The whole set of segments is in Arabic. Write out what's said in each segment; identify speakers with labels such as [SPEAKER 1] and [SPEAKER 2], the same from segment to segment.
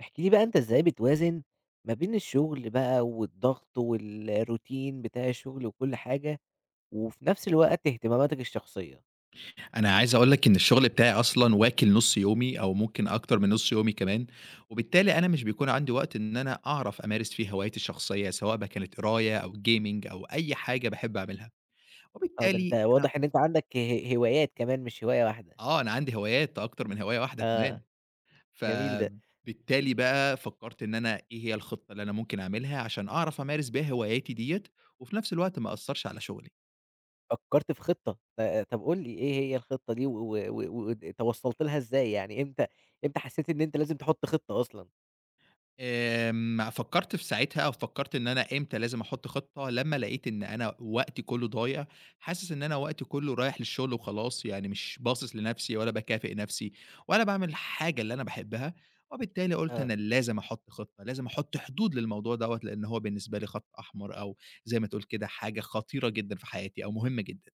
[SPEAKER 1] احكِ لي بقى أنت إزاي بتوازن ما بين الشغل بقى والضغط والروتين بتاع الشغل وكل حاجة، وفي نفس الوقت اهتماماتك الشخصية؟
[SPEAKER 2] أنا عايز أقول لك إن الشغل بتاعي أصلًا واكل نُص يومي أو ممكن أكتر من نُص يومي كمان، وبالتالي أنا مش بيكون عندي وقت إن أنا أعرف أمارس فيه هوايتي الشخصية، سواء بقى كانت قراية أو gaming أو أي حاجة باحب أعملها،
[SPEAKER 1] آه، ده أنت
[SPEAKER 2] وبالتالي أنا
[SPEAKER 1] واضح إن أنت عندك هوايات كمان مش هواية واحدة.
[SPEAKER 2] آه، أنا عندي هوايات أكتر من هواية واحدة كمان،
[SPEAKER 1] آه. جميل ده.
[SPEAKER 2] فبالتالي بقى فكرت إن أنا إيه هي الخطة اللي أنا ممكن أعملها عشان أعرف أمارس بيها هواياتي ديّة، وفي نفس الوقت ما أأثّرش على شغلي.
[SPEAKER 1] فكّرت في خطة، طب قُل لي إيه هي الخطة دي و توصّلت لها إزاي؟ يعني إمتى حسّيت إن أنت لازم تحُط خطة أصلًا؟
[SPEAKER 2] فكّرت في ساعتها أو فكّرت إن أنا إمتى لازم أحُط خطة، لمّا لقيت إن أنا وقتي كُلّه ضايع، حاسس إن أنا وقتي كُلّه رايح للشغل وخلاص، يعني مش باصص لنَفْسي ولا باكافئ نَفْسي ولا باعمل الحاجة اللي أنا باحبها، وبالتالي قُلت أنا
[SPEAKER 1] آه.
[SPEAKER 2] لازم أحُط خطة، لازم أحُط حدود للموضوع دوّة، لإن هو بالنسبة لي خَط أحمر أو زي ما تقول كده حاجة خطيرة جدًا في حياتي أو مهمة جدًا.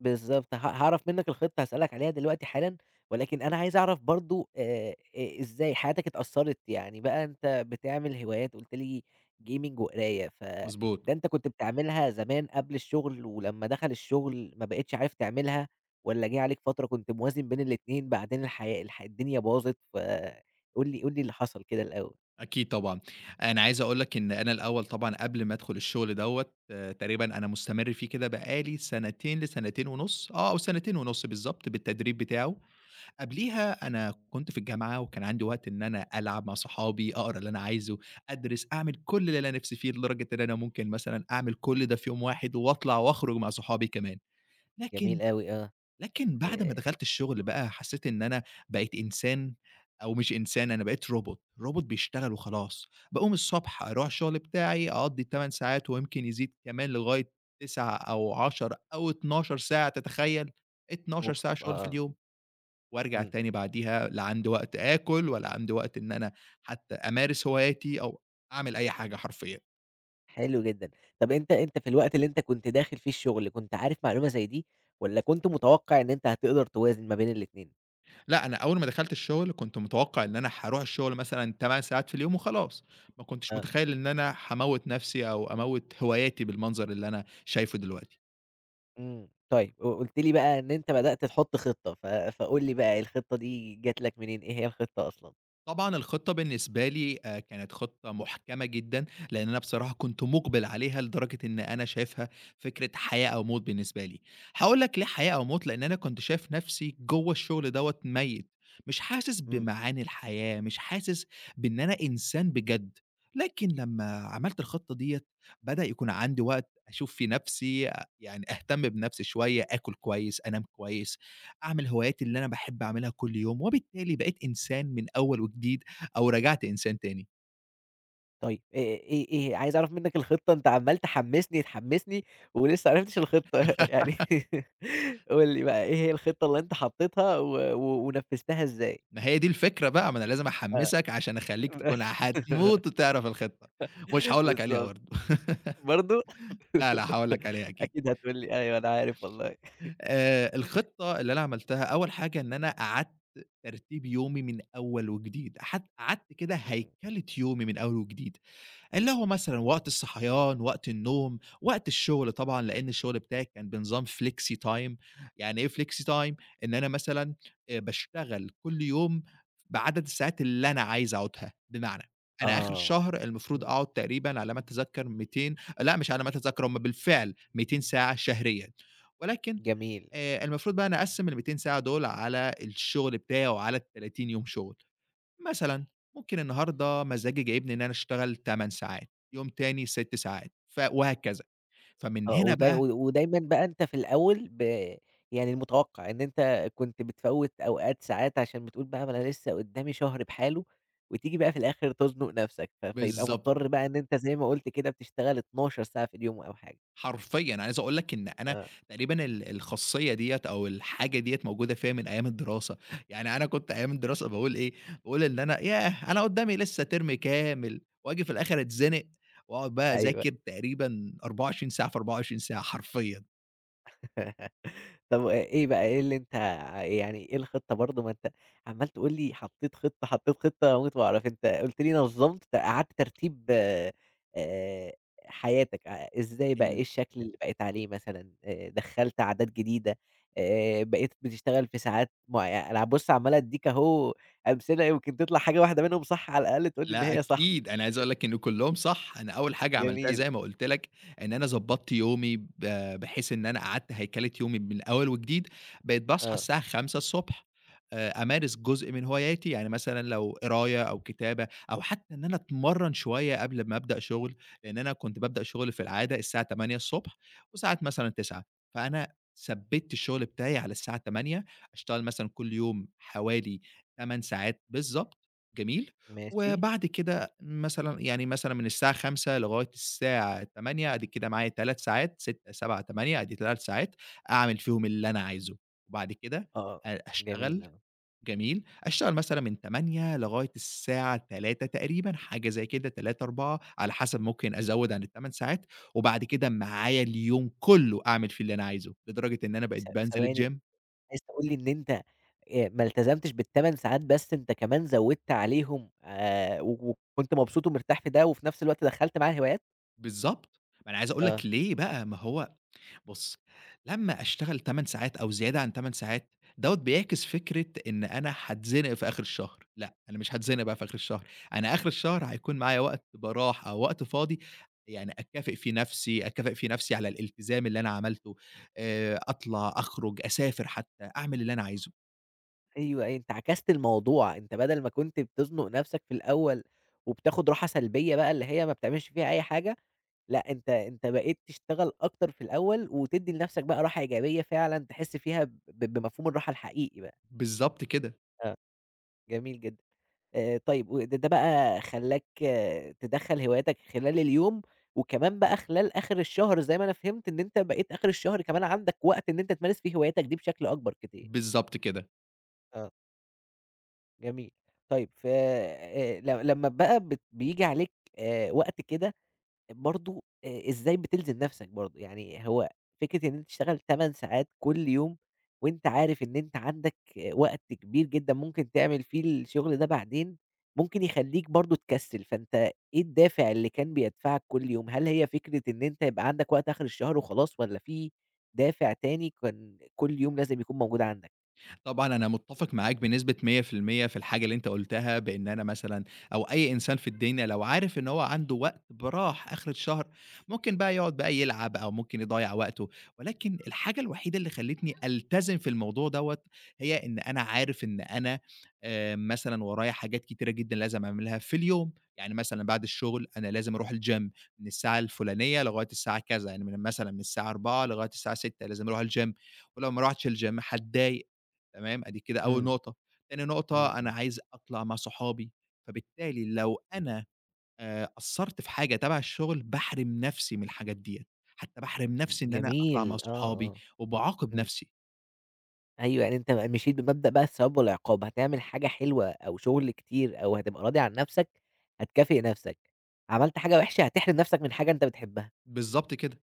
[SPEAKER 1] بالضبط، هاعرف منّك الخطة، هاسألك عليها دلوقتي حالًا، ولكن أنا عايز أعرف برضه، إ إزاي حياتك اتأثّرت؟ يعني بقى أنت بتعمل هوايات، قُلت لي gaming وقراية، فده
[SPEAKER 2] مضبوط.
[SPEAKER 1] أنت كنت بتعملها زمان قبل الشغل ولمّا دخل الشغل ما بقيتش عارف تعملها، والّا جه عليك فترة كنت موازن بين الاتنين بعدين الحياة الدنيا باظت؟ فقُل لي اللي حصل كده الأول.
[SPEAKER 2] أكيد طبعًا. أنا عايز أقول لك إن أنا الأول طبعًا قبل ما أدخل الشغل دوّة تقريبًا أنا مستمر فيه كده بقى لي سنتين لسنتين ونُص، آه، أو سنتين ونُص بالضبط بالتدريب بتاعه. قبليها أنا كنت في الجامعة وكان عندي وقت إن أنا ألعب مع صحابي، أقرا اللي أنا عايزه، أدرس، أعمل كل اللي أنا نفسي فيه لدرجة إن أنا ممكن مثلًا أعمل كل ده في يوم واحد وأطلع وأخرج مع صحابي كمان. لكن
[SPEAKER 1] جميل أوي. آه.
[SPEAKER 2] لكن بعد ما
[SPEAKER 1] آآ،
[SPEAKER 2] دخلت الشغل بقى حسيت إن أنا بقيت إنسان أو مش إنسان، أنا بقيت روبوت، روبوت بيشتغل وخلاص، باقوم الصبح أروح الشغل بتاعي أقضّي ال8 ساعات ويمكن يزيد كمان لغاية 9 أو 10 أو 12 ساعة تتخيّل؟ 12
[SPEAKER 1] أوف.
[SPEAKER 2] ساعة شغل في
[SPEAKER 1] آه. آه.
[SPEAKER 2] اليوم، وأرجع
[SPEAKER 1] إمم.
[SPEAKER 2] تاني بعديها لا عندي وقت آكل ولا عندي وقت إن أنا حتى أمارس هواياتي أو أعمل أي حاجة حرفيًا.
[SPEAKER 1] حلو جدًا. طب أنت في الوقت اللي أنت كنت داخل فيه الشغل، كنت عارف معلومة زي دي والّا كنت متوقع إن أنت هتقدر توازن ما بين الاتنين؟
[SPEAKER 2] لأ، أنا أول ما دخلت الشغل كنت متوقع إن أنا هاروح الشغل مثلًا 8 ساعات في اليوم وخلاص، ما كنتش
[SPEAKER 1] آه.
[SPEAKER 2] متخيل إن أنا هاموّت نفسي أو أموّت هواياتي بالمنظر اللي أنا شايفه دلوقتي.
[SPEAKER 1] إمم. طيب، قُلت لي بقى إن أنت بدأت تحُط خطة، فقُل لي بقى الخطة دي جات لك منين، إيه هي الخطة أصلًا؟
[SPEAKER 2] طبعًا الخطة بالنسبة لي كانت خطة محكمة جدًا، لإن أنا بصراحة كنت مُقبل عليها لدرجة إن أنا شايفها فكرة حياة أو موت بالنسبة لي، هاقول لك ليه حياة أو موت، لإن أنا كنت شايف نفسي جوّه الشغل دوّة ميّت، مش حاسس
[SPEAKER 1] إمم.
[SPEAKER 2] بمعاني الحياة، مش حاسس بإن أنا إنسان بجد، لكن لمّا عملت الخطة ديّة بدأ يكون عندي وقت أشوف فيه نفسي، آه، يعني أهتم بنفسي شوية، آكل كويس، أنام كويس، أعمل هواياتي اللي أنا باحب أعملها كل يوم، وبالتالي بقيت إنسان من أول وجديد أو رجعت إنسان تاني.
[SPEAKER 1] طيب، إيه، عايز أعرف منّك الخطة. أنت عمّال تحمّسني، تحمّسني، ولسه ما عرفتش الخطة يعني قُل لي بقى إيه هي الخطة اللي أنت حطّيتها و و ونفّذتها إزاي؟
[SPEAKER 2] ما هي دي الفكرة بقى، ما أنا لازم
[SPEAKER 1] آه.
[SPEAKER 2] أحمّسك عشان أخلّيك تكون هتموت وتعرف الخطة، مش هاقول لك عليها
[SPEAKER 1] بالضبط.
[SPEAKER 2] برضه.
[SPEAKER 1] برضه؟
[SPEAKER 2] لا، لا هاقول لك عليها أكيد.
[SPEAKER 1] أكيد هتقول لي أيوه أنا عارف والله.
[SPEAKER 2] الخطة اللي أنا عملتها، أول حاجة إن أنا قعدت ترتيب يومي من أول وجديد، قعدت كده
[SPEAKER 1] إمم.
[SPEAKER 2] هيكلة يومي من أول وجديد. اللي هو مثلًا وقت الصحيان، وقت النوم، وقت الشغل طبعًا، لإن الشغل بتاعي كان بنظام flexi time. يعني إيه flexi time؟ إن أنا مثلًا باشتغل كل يوم بعدد الساعات اللي أنا عايز أقعدها، بمعنى أنا آخر
[SPEAKER 1] آه.
[SPEAKER 2] الشهر المفروض
[SPEAKER 1] إمم.
[SPEAKER 2] أقعد تقريبًا على ما أتذكر 200. لأ، مش على ما أتذكر، هم بالفعل 200 ساعة شهريًا، ولكن
[SPEAKER 1] جميل.
[SPEAKER 2] المفروض بقى أنا أقسّم ال200 ساعة دول على الشغل بتاعي وعلى ال30 يوم شغل. مثلًا ممكن النهارده مزاجي جايبني إن أنا أشتغل 8 ساعات، يوم تاني 6 ساعات، وهكذا. فمن
[SPEAKER 1] آه.
[SPEAKER 2] هنا
[SPEAKER 1] ود
[SPEAKER 2] بقى
[SPEAKER 1] ودايمًا بقى أنت في الأول يعني المتوقع إن أنت كنت بتفوّت أوقات ساعات عشان بتقول بقى ما أنا لسه قدّامي شهر بحاله، وتيجي بقى في الآخر تزنُق نَفْسك، فيبقى
[SPEAKER 2] بالضبط،
[SPEAKER 1] مضطر بقى إن أنت زي ما قُلت كده بتشتغل 12 ساعة في اليوم أو حاجة.
[SPEAKER 2] حرفيًا أنا عايز أقول لك إن أنا
[SPEAKER 1] آه.
[SPEAKER 2] تقريبًا الخاصية ديّة أو الحاجة ديّة موجودة فيّا من أيام الدراسة، يعني أنا كنت أيام الدراسة باقول إيه، باقول إن أنا ياه! أنا قدامي لسه ترم كامل وآجي في الآخر أتزنق وأقعد بقى
[SPEAKER 1] أيوه.
[SPEAKER 2] أذاكر تقريبًا 24 ساعة في 24 ساعة حرفيًا.
[SPEAKER 1] طب إيه بقى، إيه اللي أنت ع يعني إيه الخطة برضه؟ ما أنت عمّال تقول لي حطيت خطة، حطيت خطة، أموت وأعرف. أنت قُلت لي نظّمت، أعدت ترتيب حياتك، إزاي بقى، إيه
[SPEAKER 2] ال
[SPEAKER 1] الشكل اللي بقيت عليه مثلًا؟ دخّلت عادات جديدة، بقيت بتشتغل في ساعات معي. أنا بُص عمّال أدّيك أهو أمثلة، يمكن تطلع حاجة واحدة منهم صح على الأقل تقول لي إن
[SPEAKER 2] لأ
[SPEAKER 1] هي صح.
[SPEAKER 2] أكيد، أنا عايز أقول لك إن كلّهم صح، أنا أول حاجة عملتها
[SPEAKER 1] جميل.
[SPEAKER 2] زي ما قُلت لك، إن أنا ضبّطت يومي بحيث إن أنا قعدت هيكلة يومي من أول وجديد، بقيت باصحى
[SPEAKER 1] آه.
[SPEAKER 2] الساعة 5:00 ص، أمارس جزء من هواياتي، يعني مثلًا لو قراية أو كتابة أو حتى إن أنا أتمرّن شوية قبل ما أبدأ شغل، لإن أنا كنت بابدأ شغل في العادة الساعة 8:00 ص وساعات مثلًا 9:00، فأنا ثبّتت الشغل بتاعي على الساعة 08:00، أشتغل مثلًا كل يوم حوالي 8 ساعات بالضبط، جميل؟
[SPEAKER 1] ماشي.
[SPEAKER 2] وبعد كده مثلًا يعني مثلًا من الساعة 17:00 لغاية الساعة 20:00 أدي كده معايا 3 ساعات، 6، 7، 8 أدي 3 ساعات أعمل فيهم اللي أنا عايزه، وبعد كده
[SPEAKER 1] آه. جميل.
[SPEAKER 2] أشتغل
[SPEAKER 1] آه.
[SPEAKER 2] جميل، أشتغل مثلًا من 08:00 لغاية الساعة 15:00 تقريبًا حاجة زي كده 15:00، 16:00 على حسب ممكن أزوّد عن ال8 ساعات، وبعد كده معايا اليوم كله أعمل فيه اللي أنا عايزه، لدرجة إن أنا
[SPEAKER 1] ث
[SPEAKER 2] بقيت بانزل
[SPEAKER 1] ثواني
[SPEAKER 2] الgym.
[SPEAKER 1] عايز تقول لي إن أنت ما التزمتش بال8 ساعات بس، أنت كمان زوّدت عليهم، و وكنت مبسوط ومرتاح في ده، وفي نفس الوقت دخّلت معاه هوايات؟
[SPEAKER 2] بالضبط، ما أنا عايز أقول
[SPEAKER 1] آه.
[SPEAKER 2] لك ليه بقى، ما هو بُص، لمّا أشتغل 8 ساعات أو زيادة عن 8 ساعات، دوّة بيعكس فكرة إن أنا هاتزنق في آخر الشهر، لأ، أنا مش هاتزنق بقى في آخر الشهر، أنا آخر الشهر هيكون معايا وقت براح أو وقت فاضي يعني أكافئ فيه نفسي، أكافئ فيه نفسي على الالتزام اللي أنا عملته، أطلع، أخرج، أسافر حتى، أعمل اللي أنا عايزه.
[SPEAKER 1] أيوه، أيوه، أنت عكست الموضوع. أنت بدل ما كنت بتزنُق نفسك في الأول وبتاخد راحة سلبية بقى اللي هي ما بتعملش فيها أي حاجة، لأ، أنت بقيت تشتغل أكتر في الأول وتدّي لنفسك بقى راحة إيجابية فعلًا تحس فيها بمفهوم الراحة الحقيقي بقى.
[SPEAKER 2] بالضبط كده،
[SPEAKER 1] آه. جميل جدًا. طيب، وده بقى خلّاك، آه، تدخّل هواياتك خلال اليوم، وكمان بقى خلال آخر الشهر زي ما أنا فهمت إن أنت بقيت آخر الشهر كمان عندك وقت إن أنت تمارس فيه هواياتك دي بشكل أكبر كتير.
[SPEAKER 2] بالضبط كده.
[SPEAKER 1] آه. جميل. طيب، ف ل لمّا بقى بييجي عليك وقت كده، برضه، إزاي بتلزم نَفْسك برضه؟ يعني هو فكرة إن أنت تشتغل 8 ساعات كل يوم وأنت عارف إن أنت عندك، وقت كبير جدًا ممكن تعمل فيه الشغل ده بعدين، ممكن يخلّيك برضه تكسِّل، فأنت إيه الدافع اللي كان بيدفعك كل يوم؟ هل هي فكرة إن أنت يبقى عندك وقت آخر الشهر وخلاص والّا في دافع تاني كان كل يوم لازم يكون موجود عندك؟
[SPEAKER 2] طبعًا أنا متّفق معاك بنسبة 100% في المية في الحاجة اللي أنت قُلتها، بإن أنا مثلًا أو أي إنسان في الدنيا لو عارف إن هو عنده وقت براح آخر الشهر، ممكن بقى يقعد بقى يلعب أو ممكن يضيّع وقته، ولكن الحاجة الوحيدة اللي خلّتني ألتزم في الموضوع دوّة، هي إن أنا عارف إن أنا مثلًا ورايا حاجات كتيرة جدًا لازم أعملها في اليوم، يعني مثلًا بعد الشغل أنا لازم أروح الgym من الساعة الفلانية لغاية الساعة كذا، يعني من مثلًا من الساعة 16:00 لغاية الساعة 18:00 لازم أروح الgym ولو ما رُحتش الgym هاتضايق. تمام، أدي كده أول
[SPEAKER 1] إمم.
[SPEAKER 2] نقطة. تاني
[SPEAKER 1] إمم.
[SPEAKER 2] نقطة، أنا
[SPEAKER 1] إمم.
[SPEAKER 2] عايز أطلع مع صحابي، فبالتالي لو أنا قصّرت في حاجة تبع الشغل، باحرم نفسي من الحاجات ديّة، حتى باحرم نفسي إن أنا أطلع مع
[SPEAKER 1] جميل. آه.
[SPEAKER 2] صحابي،
[SPEAKER 1] آه.
[SPEAKER 2] وباعاقب
[SPEAKER 1] إمم.
[SPEAKER 2] نفسي.
[SPEAKER 1] أيوه، يعني أنت مشيت بمبدأ بقى الثواب والعقاب، هتعمل حاجة حلوة أو شغل كتير أو هتبقى راضي عن نَفْسك، هتكافئ نَفْسك، عملت حاجة وِحشة هتحرم نَفْسك من حاجة أنت بتحبها.
[SPEAKER 2] بالضبط كده،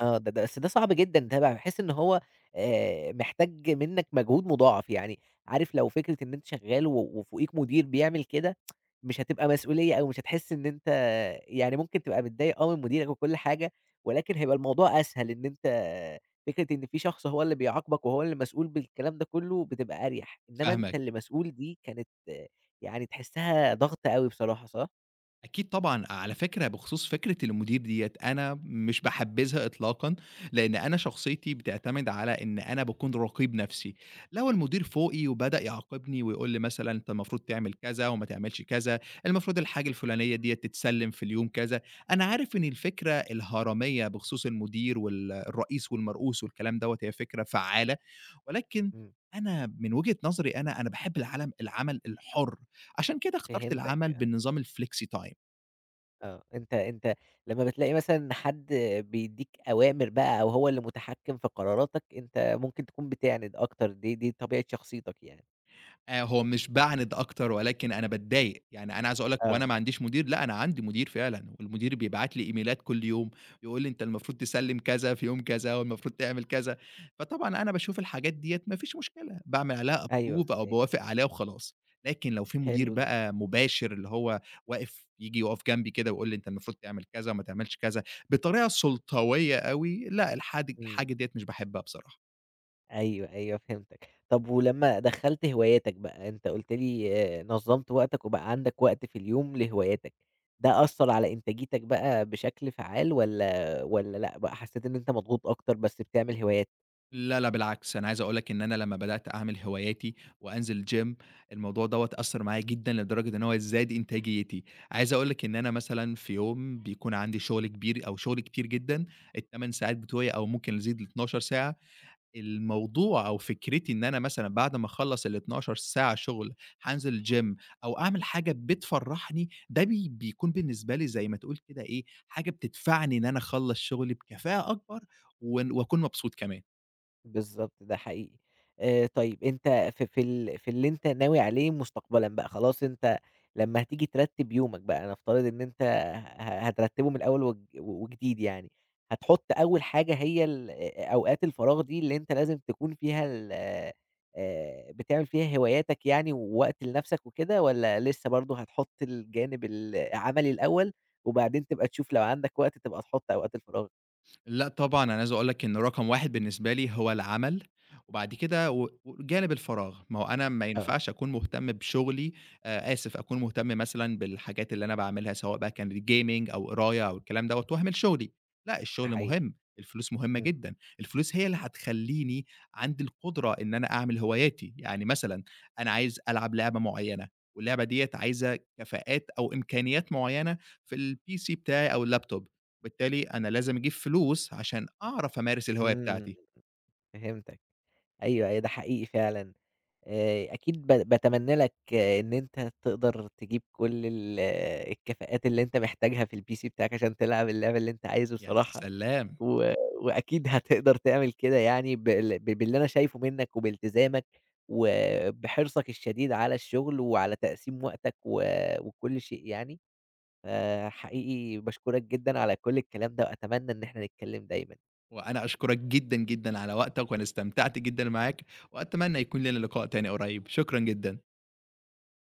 [SPEAKER 1] آه. ده بس ده صعب جدًا، ده باحس إن هو، محتاج منّك مجهود مضاعف. يعني عارف لو فكرة إن أنت شغال وفوقيك مدير بيعمل كده، مش هتبقى مسؤولية أوي، مش هتحس إن أنت، يعني ممكن تبقى متضايق من مديرك وكل حاجة، ولكن هيبقى الموضوع أسهل إن أنت، فكرة إن في شخص هو اللي بيعاقبك وهو اللي مسؤول بالكلام ده كله بتبقى أريح، إنما
[SPEAKER 2] فاهمة
[SPEAKER 1] أنت اللي مسؤول دي كانت، يعني تحسها ضغط أوي بصراحة، صح؟
[SPEAKER 2] أكيد طبعًا، على فكرة بخصوص فكرة المدير ديّة، أنا مش باحبّذها إطلاقًا، لإن أنا شخصيتي بتعتمد على إن أنا باكون رقيب نَفْسي، لو المدير فوقي وبدأ يعاقبني ويقول لي مثلًا أنت المفروض تعمل كذا وما تعملش كذا، المفروض الحاجة الفلانية ديّة تتسلِّم في اليوم كذا، أنا عارف إن الفكرة الهرمية بخصوص المدير وال الرئيس والمرؤوس والكلام دوّة هي فكرة فعّالة، ولكن
[SPEAKER 1] إمم.
[SPEAKER 2] أنا من وجهة نظري أنا، أنا باحب العمل الحُر، عشان كده اخترت العمل
[SPEAKER 1] فهمتك.
[SPEAKER 2] بالنظام الflexi time.
[SPEAKER 1] آه. أنت لمّا بتلاقي مثلًا حد بيدّيك أوامر بقى أو هو اللي متحكّم في قراراتك، أنت ممكن تكون بتعند أكتر، دي طبيعة شخصيتك يعني.
[SPEAKER 2] هو مش باعند أكتر ولكن أنا باتضايق، يعني أنا عايز أقول لك هو أنا
[SPEAKER 1] آه.
[SPEAKER 2] ما عنديش مدير؟ لأ، أنا عندي مدير فعلًا، والمدير بيبعت لي إيميلات كل يوم، يقول لي أنت المفروض تسلّم كذا في يوم كذا، والمفروض تعمل كذا، فطبعًا أنا باشوف الحاجات ديّة ما فيش مشكلة، باعمل عليها
[SPEAKER 1] أيوه،
[SPEAKER 2] approve أو
[SPEAKER 1] أوكي.
[SPEAKER 2] باوافق عليها وخلاص، لكن لو في مدير
[SPEAKER 1] حلو جدًا.
[SPEAKER 2] بقى مباشر اللي هو واقف ييجي يقف جنبي كده ويقول لي أنت المفروض تعمل كذا وما تعملش كذا، بطريقة سلطوية أوي، لأ،
[SPEAKER 1] إمم.
[SPEAKER 2] الحاجة ديّة مش باحبها بصراحة.
[SPEAKER 1] أيوه. أيوه، فهمتك. طب ولمّا دخّلت هواياتك بقى، أنت قُلت لي، نظّمت وقتك وبقى عندك وقت في اليوم لهواياتك، ده أثّر على إنتاجيتك بقى بشكل فعّال والّا لأ بقى حسّيت إن أنت مضغوط أكتر بس بتعمل هواياتك؟
[SPEAKER 2] لا، لا بالعكس، أنا عايز أقول لك إن أنا لمّا بدأت أعمل هواياتي وأنزل gym، الموضوع دوّة أثّر معايا جدًا لدرجة إن هو زاد إنتاجيتي، عايز أقول لك إن أنا مثلًا في يوم بيكون عندي شغل كبير أو شغل كتير جدًا، ال8 ساعات بتوعي أو ممكن يزيد ل12 ساعة، الموضوع أو فكرتي إن أنا مثلًا بعد ما أخلّص ال12 ساعة شغل هانزل gym أو أعمل حاجة بتفرّحني، ده بيكون بالنسبة لي زي ما تقول كده إيه، حاجة بتدفعني إن أنا أخلّص شغلي بكفاءة أكبر وأكون مبسوط كمان.
[SPEAKER 1] بالضبط، ده حقيقي. طيب، أنت في اللي أنت ناوي عليه مستقبلًا بقى، خلاص أنت لمّا هتيجي ترتّب يومك بقى، نفترض إن أنت هترتّبه من الأول وجديد يعني، هتحُط أول حاجة هي ال أ أوقات الفراغ دي اللي أنت لازم تكون فيها ال بتعمل فيها هواياتك يعني ووقت لنَفْسك وكده والّا لسه برضه هتحُط الجانب العملي الأول وبعدين تبقى تشوف لو عندك وقت تبقى تحُط أوقات الفراغ؟
[SPEAKER 2] لأ طبعًا، أنا عايز أقول لك إن رقم 1 بالنسبة لي هو العمل، وبعد كده وجانب الفراغ، ما هو أنا ما
[SPEAKER 1] آه.
[SPEAKER 2] ينفعش أكون مهتم بشغلي آسف، أكون مهتم مثلًا بالحاجات اللي أنا باعملها سواء بقى كانت gaming أو قراية أو الكلام دوّة وأهمل شغلي، لأ
[SPEAKER 1] ده
[SPEAKER 2] الشغل
[SPEAKER 1] حقيقي.
[SPEAKER 2] مهم، الفلوس مهمة
[SPEAKER 1] إمم.
[SPEAKER 2] جدًا، الفلوس هي اللي هتخلّيني عندي القدرة إن أنا أعمل هواياتي، يعني مثلًا أنا عايز ألعب لعبة معيّنة، واللعبة ديّة عايزة كفاءات أو إمكانيات معيّنة في الPC بتاعي أو الlaptop، وبالتالي أنا لازم أجيب فلوس عشان أعرف أمارس الهواية
[SPEAKER 1] إمم.
[SPEAKER 2] بتاعتي.
[SPEAKER 1] فهمتك. أيوه، أيوه، ده حقيقي فعلًا. أكيد، باتمنى لك، آه، إن أنت تقدر تجيب كل ال آه، الكفاءات اللي أنت محتاجها في الPC بتاعك عشان تلعب اللعب اللي أنت عايزه
[SPEAKER 2] يا
[SPEAKER 1] بصراحة،
[SPEAKER 2] سلام!
[SPEAKER 1] و وأكيد هتقدر تعمل كده يعني باللي أنا شايفه منّك وبالتزامك، وبحرصك الشديد على الشغل وعلى تقسيم وقتك وكل شيء يعني، فحقيقي باشكرك جدًا على كل الكلام ده وأتمنى إن إحنا نتكلم دايمًا.
[SPEAKER 2] وأنا أشكرك جدًا، جدًا على وقتك، وأنا استمتعت جدًا معاك، وأتمنى يكون لنا لقاء تاني قريب. شكرًا جدًا.